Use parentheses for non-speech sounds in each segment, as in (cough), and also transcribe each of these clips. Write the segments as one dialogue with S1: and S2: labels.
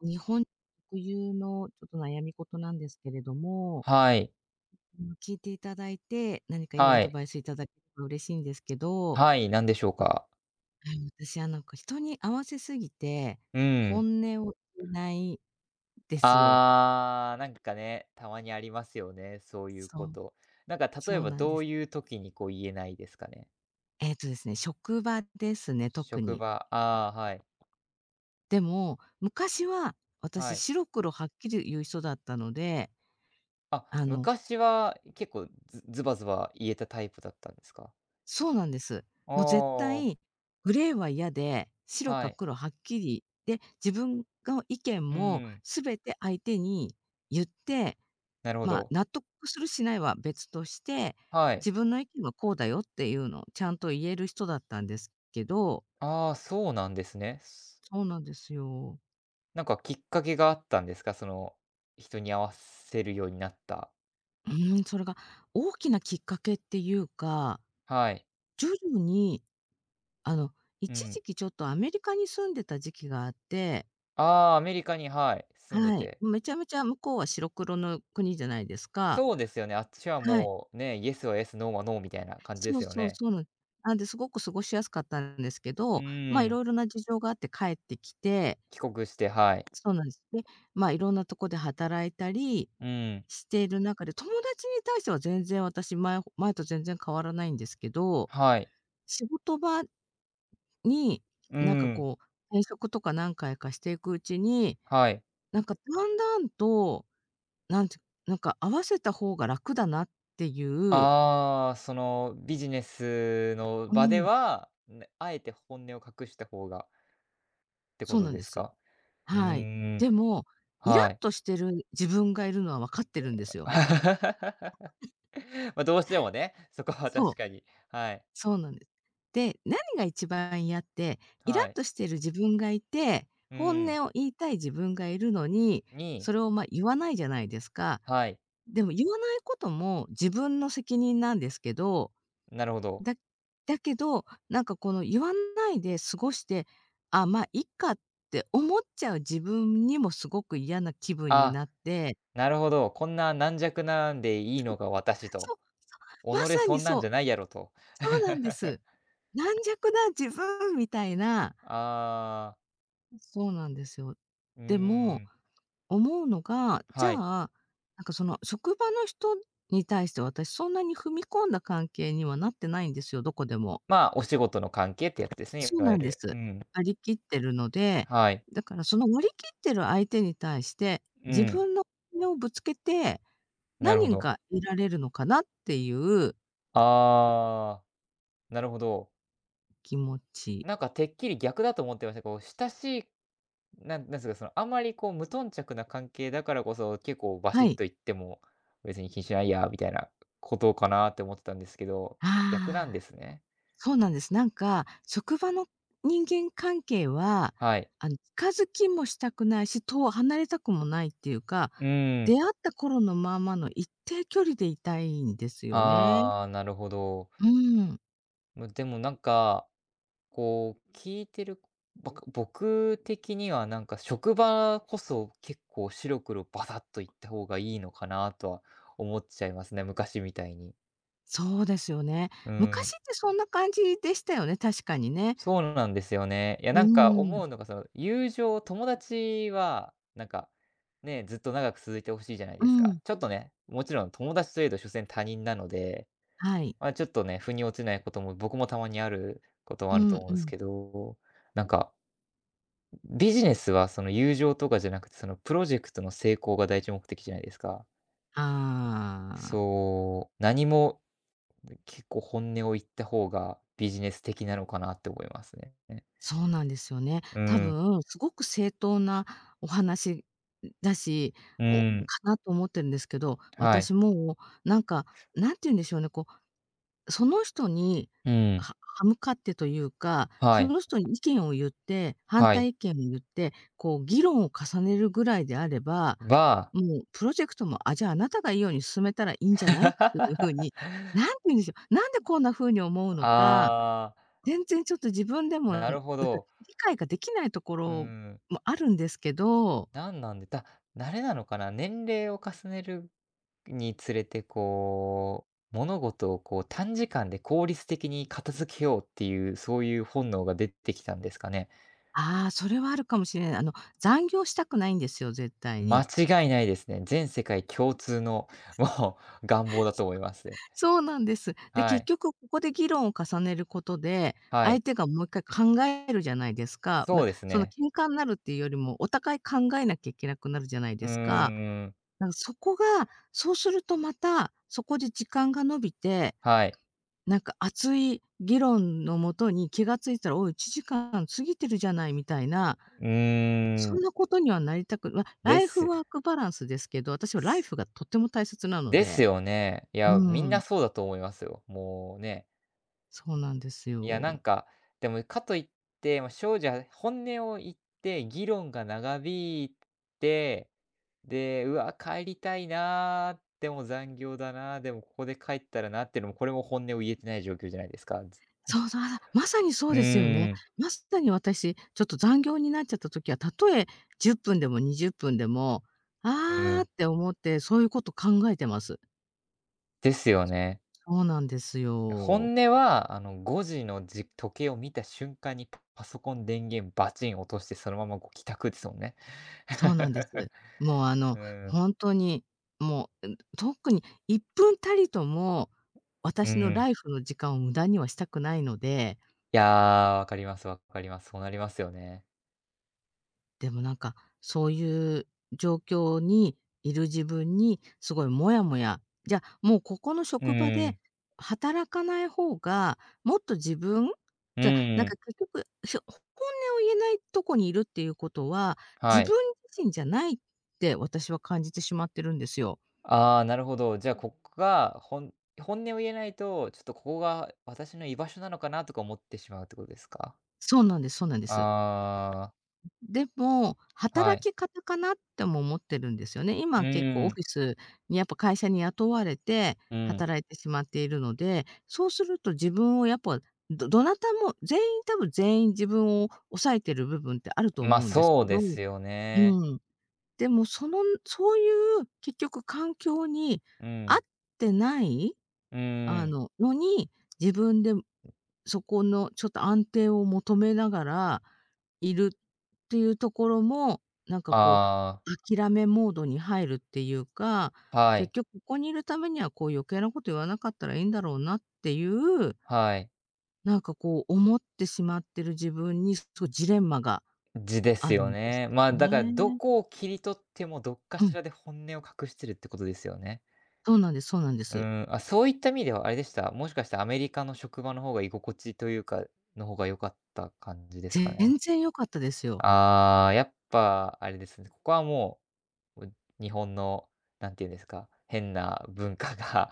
S1: 日本特有のちょっと悩み事なんですけれども、
S2: はい。
S1: 聞いていただいて、何かいいア
S2: は
S1: ド
S2: い。
S1: バイスいただければ嬉しいんですけど、わ
S2: はい、なんでしょう
S1: は
S2: か？
S1: い、私はなんか人に合わせすぎて、
S2: うん。
S1: 本音を言えないですよ。
S2: ああ、なんかね、たまにありますよね、そういう
S1: そ
S2: こ
S1: う、
S2: と。なんか例
S1: そ
S2: え
S1: う
S2: ば
S1: なんで
S2: どう
S1: す。
S2: いう時にこう言えないですかね？
S1: 職場ですね、特
S2: 職
S1: に。
S2: 場、ああ、はい。
S1: でも、昔は
S2: は
S1: 私
S2: い。
S1: 白黒はっきり言う人だったので、
S2: あ、
S1: あの
S2: 昔は結構ズバズバ言えたタイプだったんですか？
S1: そうなんです。
S2: あ
S1: もう絶
S2: あ、
S1: 対グレーは嫌で、白
S2: は
S1: か
S2: い。
S1: 黒はっきり、で、自分の意見
S2: う
S1: も
S2: ん、
S1: 全て相手に言って、
S2: なるほど。
S1: 納得するしないは別として、
S2: はい。
S1: 自分の意見はこうだよっていうのをちゃんと言える人だったんですけど
S2: ああ、そうなんですね。
S1: そうなんですよ。
S2: なんかきっかけがあったんですか？その、人に合わせるようになった。
S1: それが大きなきっかけっていうか、
S2: はい。
S1: 徐々にあの、
S2: う
S1: 一
S2: ん。
S1: 時期ちょっとアメリカに住んでた時期があって
S2: ああ、アメリカに、はい、住んで
S1: はい。
S2: て。
S1: めちゃめちゃ向こうは白黒の国じゃないですか。
S2: そうですよね、あっちは
S1: はい。
S2: もうね、イエスはイエス、ノーはノーみたいな感じで
S1: そ
S2: す
S1: う
S2: よ
S1: そう、
S2: ね。
S1: そうなんなんで、すごく過ごしやすかったんですけ
S2: う
S1: ど、
S2: ー
S1: い
S2: ん、
S1: ろいろな事情があって帰ってきて
S2: 帰国して、はい。
S1: そうなんです。で、いろんなとこで働いたり
S2: うーん、
S1: している中で、友達に対しては全然私、前と全然変わらないんですけど、
S2: はい。
S1: 仕事場に、
S2: うー
S1: なんか
S2: ん、
S1: こう、転職とか何回かしていくうちに、
S2: はい。
S1: なんかだんだんとなんてなんか合わせた方が楽だなっていう、
S2: ああ、そのビジネスの
S1: う
S2: 場で
S1: ん。
S2: は、ね、あえて本音を隠した方がってこ
S1: そう
S2: と
S1: なん
S2: で
S1: で
S2: す
S1: す。
S2: か？う
S1: はい。
S2: ーん、
S1: でも、イラッ
S2: はい。
S1: としてる自分がいるのは分かってるんですよ。
S2: (laughs) ま、どうしてもね、そこは
S1: そ
S2: 確
S1: う、
S2: かに。はい、
S1: そうなんです。で、何が一番嫌って、イラッ
S2: はい。
S1: としてる自分がいて、
S2: う
S1: 本
S2: ーん、
S1: 音を言いたい自分がいるのに、
S2: に、
S1: それを、ま、言わないじゃないですか。
S2: はい、
S1: でも言わないことも自分の責任なんですけど
S2: なるほど。
S1: だだけど、なんかこの言わないで過ごして、あ、いっかって思っちゃう自分にもすごく嫌な気分に
S2: あ。
S1: なって、
S2: なるほど、こんな軟弱なんでいいのが私と。
S1: そう、ま
S2: 己
S1: さ
S2: そ
S1: に
S2: んなん
S1: そう、
S2: じゃないやろと。
S1: そうなんで
S2: (laughs)
S1: す。軟弱な自分みたいな、
S2: ああ、
S1: そうなんですよ。
S2: うー
S1: でも、
S2: ん、
S1: 思うのが、じゃ
S2: は
S1: あ、
S2: い。
S1: なんかその職場の人に対して私そんなに踏み込んだ関係にはなってないんですよ、どこでも。
S2: まあ、お仕事の関係ってやつですね、
S1: そ
S2: い
S1: う
S2: わ
S1: な
S2: ゆ
S1: んで
S2: る。う
S1: す。
S2: ん、
S1: 割り切ってるので、
S2: はい。
S1: だからその割り切ってる相手に対して、
S2: う
S1: 自
S2: ん、
S1: 分の本音をぶつけて、
S2: なるほ
S1: 何
S2: ど。
S1: が得られるのかなっていう
S2: ああ、なるほど。
S1: 気持ち。
S2: なんかてっきり逆だと思ってました。こう、親しい、なんなんですか、その、あまりこう無頓着な関係だからこそ、結構バシ
S1: は
S2: ッと
S1: い。
S2: 言っても、別に気にしないやみたいなことかなって思ってたんですけど、逆なん
S1: あ
S2: で
S1: あ、
S2: すね。
S1: そうなんです。なんか、職場の人間関係は、
S2: はい。
S1: 近づきもしたくないし、遠離れたくもないっていうか、
S2: うー
S1: 出
S2: ん。
S1: 会った頃のままの一定距離でいたいんですよね。
S2: ああ、なるほど。
S1: うん。
S2: む、でもなんか、こう、聞いてる僕的にはなんか職場こそ結構白黒バサッといった方がいいのかなとは思っちゃいますね、昔みたいに。
S1: そうですよね。
S2: うー
S1: 昔っ
S2: ん、
S1: てそんな感じでしたよね、確かにね。
S2: そうなんですよね。いや、な
S1: う
S2: んか
S1: ん、
S2: 思うのがその、友情、友達は、なんか、ね、ずっと長く続いてほしいじゃない
S1: う
S2: ですか。
S1: ん、
S2: ちょっとね、もちろん友達といえど所詮他人なので、
S1: はい。
S2: まあ、ちょっとね、腑に落ちないことも、僕もたまにあることは
S1: う
S2: あると
S1: ん
S2: 思う
S1: う
S2: んです
S1: ん。
S2: けど、なんか、ビジネスはその友情とかじゃなくて、そのプロジェクトの成功が第一目的じゃないですか。
S1: ああ、
S2: そう、何も結構本音を言った方がビジネス的なのかなって思いますね。
S1: そうなんですよね。
S2: う
S1: 多
S2: ん、
S1: 分すごく正当なお話だし、
S2: う
S1: おか
S2: ん、
S1: なと思ってるんですけど、
S2: はい、
S1: 私もうなんか、なんて言うんでしょうね、こうその人に、
S2: うん、
S1: は歯向かってというか、
S2: は
S1: そ
S2: い、
S1: の人に意見を言って、反
S2: はい。
S1: 対意見を言って、こう議論を重ねるぐらいであれば、
S2: は、
S1: もうプロジェクトも、あ、じゃあ、あなたがいいように進めたらいいんじゃないっていう風
S2: (laughs)
S1: に、何て言うんでしょう、なんでこんな風に思うのか、
S2: ああ、
S1: 全然ちょっと自分でも、な
S2: な
S1: んか
S2: るほど。
S1: 理解ができないとこ
S2: うー
S1: ろ
S2: ん、
S1: もあるんですけど、
S2: なんなんで、だ、慣れなのかな、年齢を重ねるにつれて、こう、物事をこう短時間で効率的に片付けようっていう、そういう本能が出てきたんですかね。
S1: ああ、それはあるかもしれない。残業したくないんですよ、絶対
S2: 間
S1: に。
S2: 違いないですね。全世界共通の、(laughs) もう願望だと思いますね。
S1: そうなんです。で、
S2: は
S1: 結
S2: い。
S1: 局ここで議論を重ねることで、
S2: は
S1: 相
S2: い。
S1: 手がもう一回考えるじゃないですか。
S2: そ
S1: ま、
S2: うです
S1: その
S2: ね。
S1: 喧嘩になるっていうよりも、お互い考えなきゃいけなくなるじゃない
S2: うー
S1: ですか。
S2: ん。
S1: なんかそこが、そうするとまた、そこで時間が延びて、
S2: はい。
S1: なんか熱い議論のもとに気が付いたら、おい、1時間過ぎてるじゃないみたいな、
S2: うー
S1: そ
S2: ん。
S1: んなことにはなりたくま、
S2: で
S1: ライフ
S2: す。
S1: ワークバランスですけど、私はライ
S2: す、
S1: フがとっても大切なの
S2: です
S1: で。
S2: よね。いや、
S1: う
S2: みんな
S1: ん、
S2: そうだと思いますよ。もうね。
S1: そうなんです
S2: いや、なん
S1: よ。
S2: か、でもかといって、まあ、正直、本音を言って議論が長引いて、で、うわ、帰りたいな、でも残業だな、でもここで帰ったらなっていうのも、これも本音を言えてない状況じゃないですか。ず、
S1: そうそう、あ、まさにそ
S2: う
S1: うですよね。
S2: ーん。
S1: まさに私、ちょっと残業になっちゃった時は、たとえ10分でも20分でも、
S2: う
S1: ああっ
S2: ん、
S1: て思って、そういうこと考えてます。
S2: ですよね。
S1: そうなんですよ。
S2: 本音は、あの、5時の時計を見た瞬間に、パ、パソコン電源バチン落として、そのままご帰宅ですもんね。
S1: そうなんです。
S2: (laughs)
S1: もうあ
S2: う
S1: の、
S2: ん、
S1: ほんとに、もう、ん、特に1分たりとも、
S2: う
S1: 私の
S2: ん。
S1: ライフの時間を無駄にはしたくないので
S2: いや、わかります、わかります。そうなりますよね。
S1: でもなんか、そういう状況にいる自分にすごいモヤモヤ、じゃあ、もうここの
S2: う
S1: 職場
S2: ん、
S1: で働かない方が、もっと自分
S2: う
S1: じゃ、なん
S2: ん、
S1: か結局、ひょ本音を言えないとこにいるっていうことは、
S2: は
S1: 自
S2: い。
S1: 分自身じゃないって私は感じてしまってるんですよ。
S2: ああ、なるほど。じゃあ、ここが、本音を言えないと、ちょっとここが私の居場所なのかなとか思ってしまうってことですか？
S1: そうなんです、そうなんです。
S2: ああ、
S1: でも、
S2: は
S1: 働
S2: い。
S1: き方かなっても思ってるんですよね。
S2: う
S1: 今結構オ
S2: ん、
S1: フィスにやっぱ会社に雇われて
S2: うん。
S1: 働いてしまっているので、そうすると自分をやっぱ、どどなたも全員多分全員自分を抑えてる部分ってあると
S2: まあ、
S1: 思うんです
S2: そう
S1: け
S2: で
S1: ど、
S2: すよね。
S1: うん。でもその、そういう結局環境に
S2: う
S1: 合っ
S2: ん、
S1: てない、
S2: うーん。
S1: のに、自分でそこのちょっと安定を求めながらいるっていうところも、なんかこ
S2: あ
S1: う、諦めモードに入るっていうか、
S2: あ、は
S1: 結
S2: い、
S1: 局ここにいるためにはこう余計なこと言わなかったらいいんだろうなっていう、
S2: はい。
S1: なんかこう思ってしまってる自分に、すごいジレンマが
S2: 字です
S1: ある
S2: よ
S1: んです
S2: ね。ま、あ、
S1: よ
S2: だからど
S1: ね。
S2: こを切り取っても、どっか
S1: う
S2: し
S1: ん、
S2: らで本音を隠してるってことですよね。
S1: そうなんですそうなんで
S2: う
S1: す。
S2: ーん、あ、そういった意味ではあれでした。もしかしてアメリカの職場の方が居心地というか、の方が良かった感じですかね。
S1: 全然良かったですよ。
S2: ああ、やっぱあれですね。ここはもう、う、日本の、なんて言うんですか、変な文化が。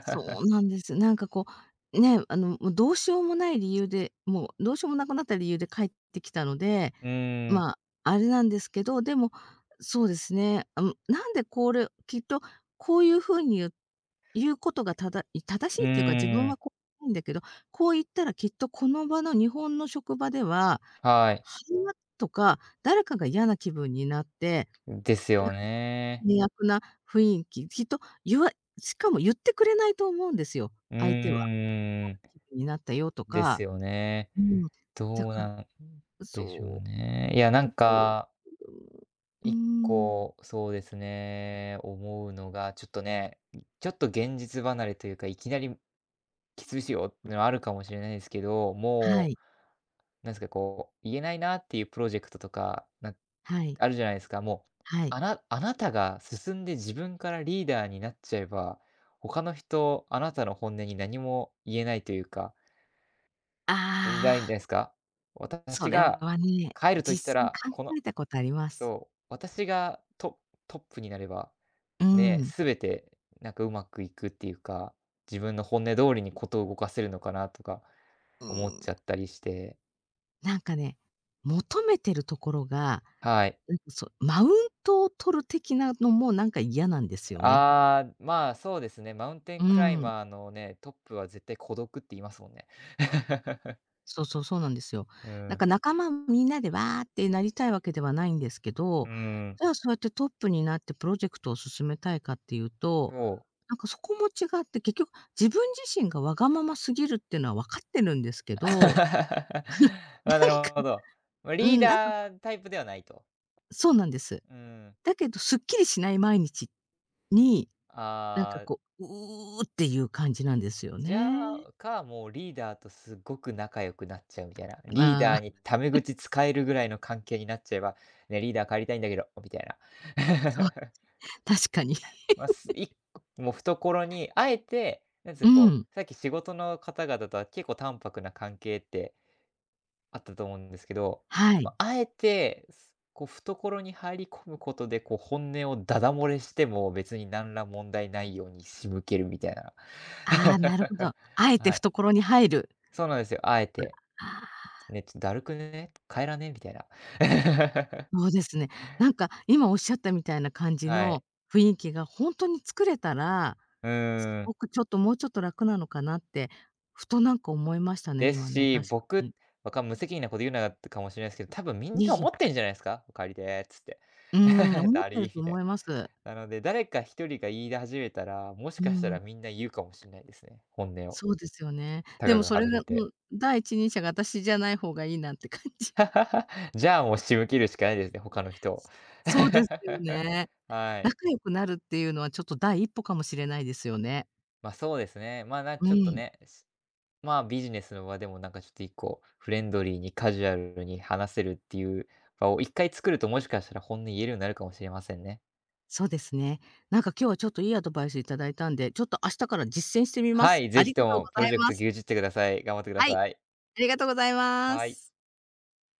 S1: そ うなんです。なんかこう、ね、もうどうしようもない理由で、もうどうしようもなくなった理由で帰ってきたので、
S2: うーん、
S1: あれなんですけど、でも、そうですね、なんでこれきっとこういう風に言うことがただ正
S2: う
S1: しいっていうか、自分
S2: ーん、
S1: はこうないんだけど、こう言ったらきっとこの場の日本の職場では、
S2: はい。
S1: はなとか、誰かが嫌な気分になって、
S2: ですよね。
S1: 険悪な雰囲気、きっと言わしかも言ってくれないと思うんですよ、
S2: う
S1: 相手は。嫌
S2: ー
S1: な
S2: ん、
S1: 気分になったよと
S2: です
S1: か、
S2: よね。
S1: うん。だ
S2: どう
S1: か
S2: な
S1: ら、
S2: んでしょう
S1: そ
S2: ね。いや、なん
S1: う、う
S2: か
S1: ん、うー
S2: 1
S1: ん。
S2: 個、そうですね、思うのが、ちょっとね、ちょっと現実離れというか、いきなりきついっすよってのはあるかもしれないですけど、
S1: は
S2: も
S1: い、
S2: う、なんすか、こう、言えないなっていうプロジェクトとか、な、
S1: はい、
S2: あるじゃないですか。もう、
S1: はい。
S2: あなたが進んで自分からリーダーになっちゃえば、他の人、あなたの本音に何も言えないというか、
S1: あ
S2: 言えないん
S1: あ、
S2: ですか。
S1: そ
S2: 私
S1: れ
S2: が
S1: はね、
S2: 帰ると言った
S1: 実際
S2: ら、
S1: 考
S2: この、
S1: えたことあります。
S2: そう、私がトップになれば、
S1: う
S2: ね、
S1: ん。
S2: 全てなんかうまくいくっていうか、自分の本音通りに事を動かせるのかなとか
S1: う
S2: 思っ
S1: ん、
S2: ちゃったりして。
S1: なんかね、求めてるところが、
S2: はい。
S1: なんかそう、マウントを取る的なのもなんか嫌なんですよね。
S2: ああ、まあ、そうですね、マウンテン
S1: う
S2: クライ
S1: ん。
S2: マーのね、トップは絶対孤独って言いますもんね。(laughs)
S1: そうそう、そうなんですよ。
S2: う
S1: なんか
S2: ん。
S1: 仲間みんなでわーってなりたいわけではないんですけ
S2: うー
S1: ど、
S2: ん、
S1: じゃあそうやってトップになってプロジェクトを進めたいかっていうと、
S2: そう。
S1: なんかそこも違って、結局自分自身がわがまますぎるっていうのは分かってるんですけ
S2: (laughs)
S1: ど、
S2: ま
S1: (laughs)
S2: あ、
S1: なんか、
S2: なるほど。ま、
S1: う
S2: リー
S1: ん、なんか
S2: ダータイプではないと。
S1: そうなんです。
S2: うん。
S1: だけどすっきりしない毎日に、なんか
S2: あ
S1: こ
S2: あ。
S1: う、うーっていう感じなんですよ
S2: じ
S1: ね。
S2: ゃあ、か、もうリーダーとすごく仲良くなっちゃうみたいな。リー
S1: ま
S2: ダ
S1: あ、
S2: ーにタメ口使えるぐらいの関係になっちゃえば、ね、リーダー帰りたいんだけど、みたいな。
S1: そう、確かに。
S2: (laughs) まあ、す1個もう懐に、あえて、なんつう
S1: う
S2: かこ
S1: ん、
S2: う、さっき仕事の方々とは結構淡泊な関係ってあったと思うんですけど、
S1: は
S2: ま
S1: い。
S2: あ、あえて、す、こう懐に入り込むことで、こう本音をだだ漏れしても別に何ら問題ないように仕向けるみたいな。
S1: ああ、なるほど。あ
S2: (laughs)
S1: えて
S2: はい。
S1: 懐に入る。
S2: そうなんですよ、あえて。
S1: ああ。
S2: ね、ちょ「だるくね、帰らね？」みたいな。(laughs)
S1: そうですね。なんか今おっしゃったみたいな感じ
S2: はい。
S1: の雰囲気がほんとに作れたら、
S2: う
S1: す
S2: ー
S1: ご
S2: ん。
S1: くちょっともうちょっと楽なのかなって、ふとなんか思いましたね、
S2: で
S1: 今
S2: す
S1: ね、
S2: し、
S1: 確か
S2: 僕、
S1: に。
S2: 無責任なこと言うなってかもしれないですけど、多分みん
S1: いえ
S2: な
S1: い
S2: 思っ
S1: え、
S2: てんじゃないですか？「お帰りで」っつって。
S1: うーん、
S2: (laughs)
S1: 思っ
S2: 「だ
S1: てる
S2: り」
S1: と
S2: みたい
S1: 思います。
S2: な。なので、誰か一人が言い出始めたら、もし
S1: う
S2: かした
S1: ん、
S2: らみんな言うかもしれないですね、本音を。
S1: そうですよね。
S2: た
S1: で
S2: か
S1: も
S2: が
S1: それ
S2: 外
S1: が、
S2: れ
S1: う
S2: て。
S1: ん、第一人者が私じゃない方がいいなって感じ。
S2: (laughs) じゃあ、もう仕向けるしかないですね、他の人を。
S1: (laughs) そうですよ
S2: (laughs)
S1: ね。
S2: はい。
S1: 仲良くなるっていうのはちょっと第一歩かもしれないですよね。
S2: ま、あ、そうですね。ま、な、
S1: う
S2: ちょっと
S1: ん。
S2: ね、まあ、ビジネスの場でもなんかちょっと1個フレンドリーにカジュアルに話せるっていう場を一回作るともしかしたら本音言えるようになるかもしれませんね。
S1: そうですね。なんか今日はちょっといいアドバイスいただいたんで、ちょっと明日から実践してみま
S2: は
S1: す。
S2: い、ぜ
S1: あ
S2: ひ
S1: りが
S2: と
S1: とう
S2: もプ
S1: ござ
S2: ロ
S1: い
S2: ジェクト
S1: ま
S2: 牛
S1: す。
S2: 耳ってください。頑張ってくだ
S1: はい、
S2: さい。
S1: ありがとうございま
S2: はい。
S1: す。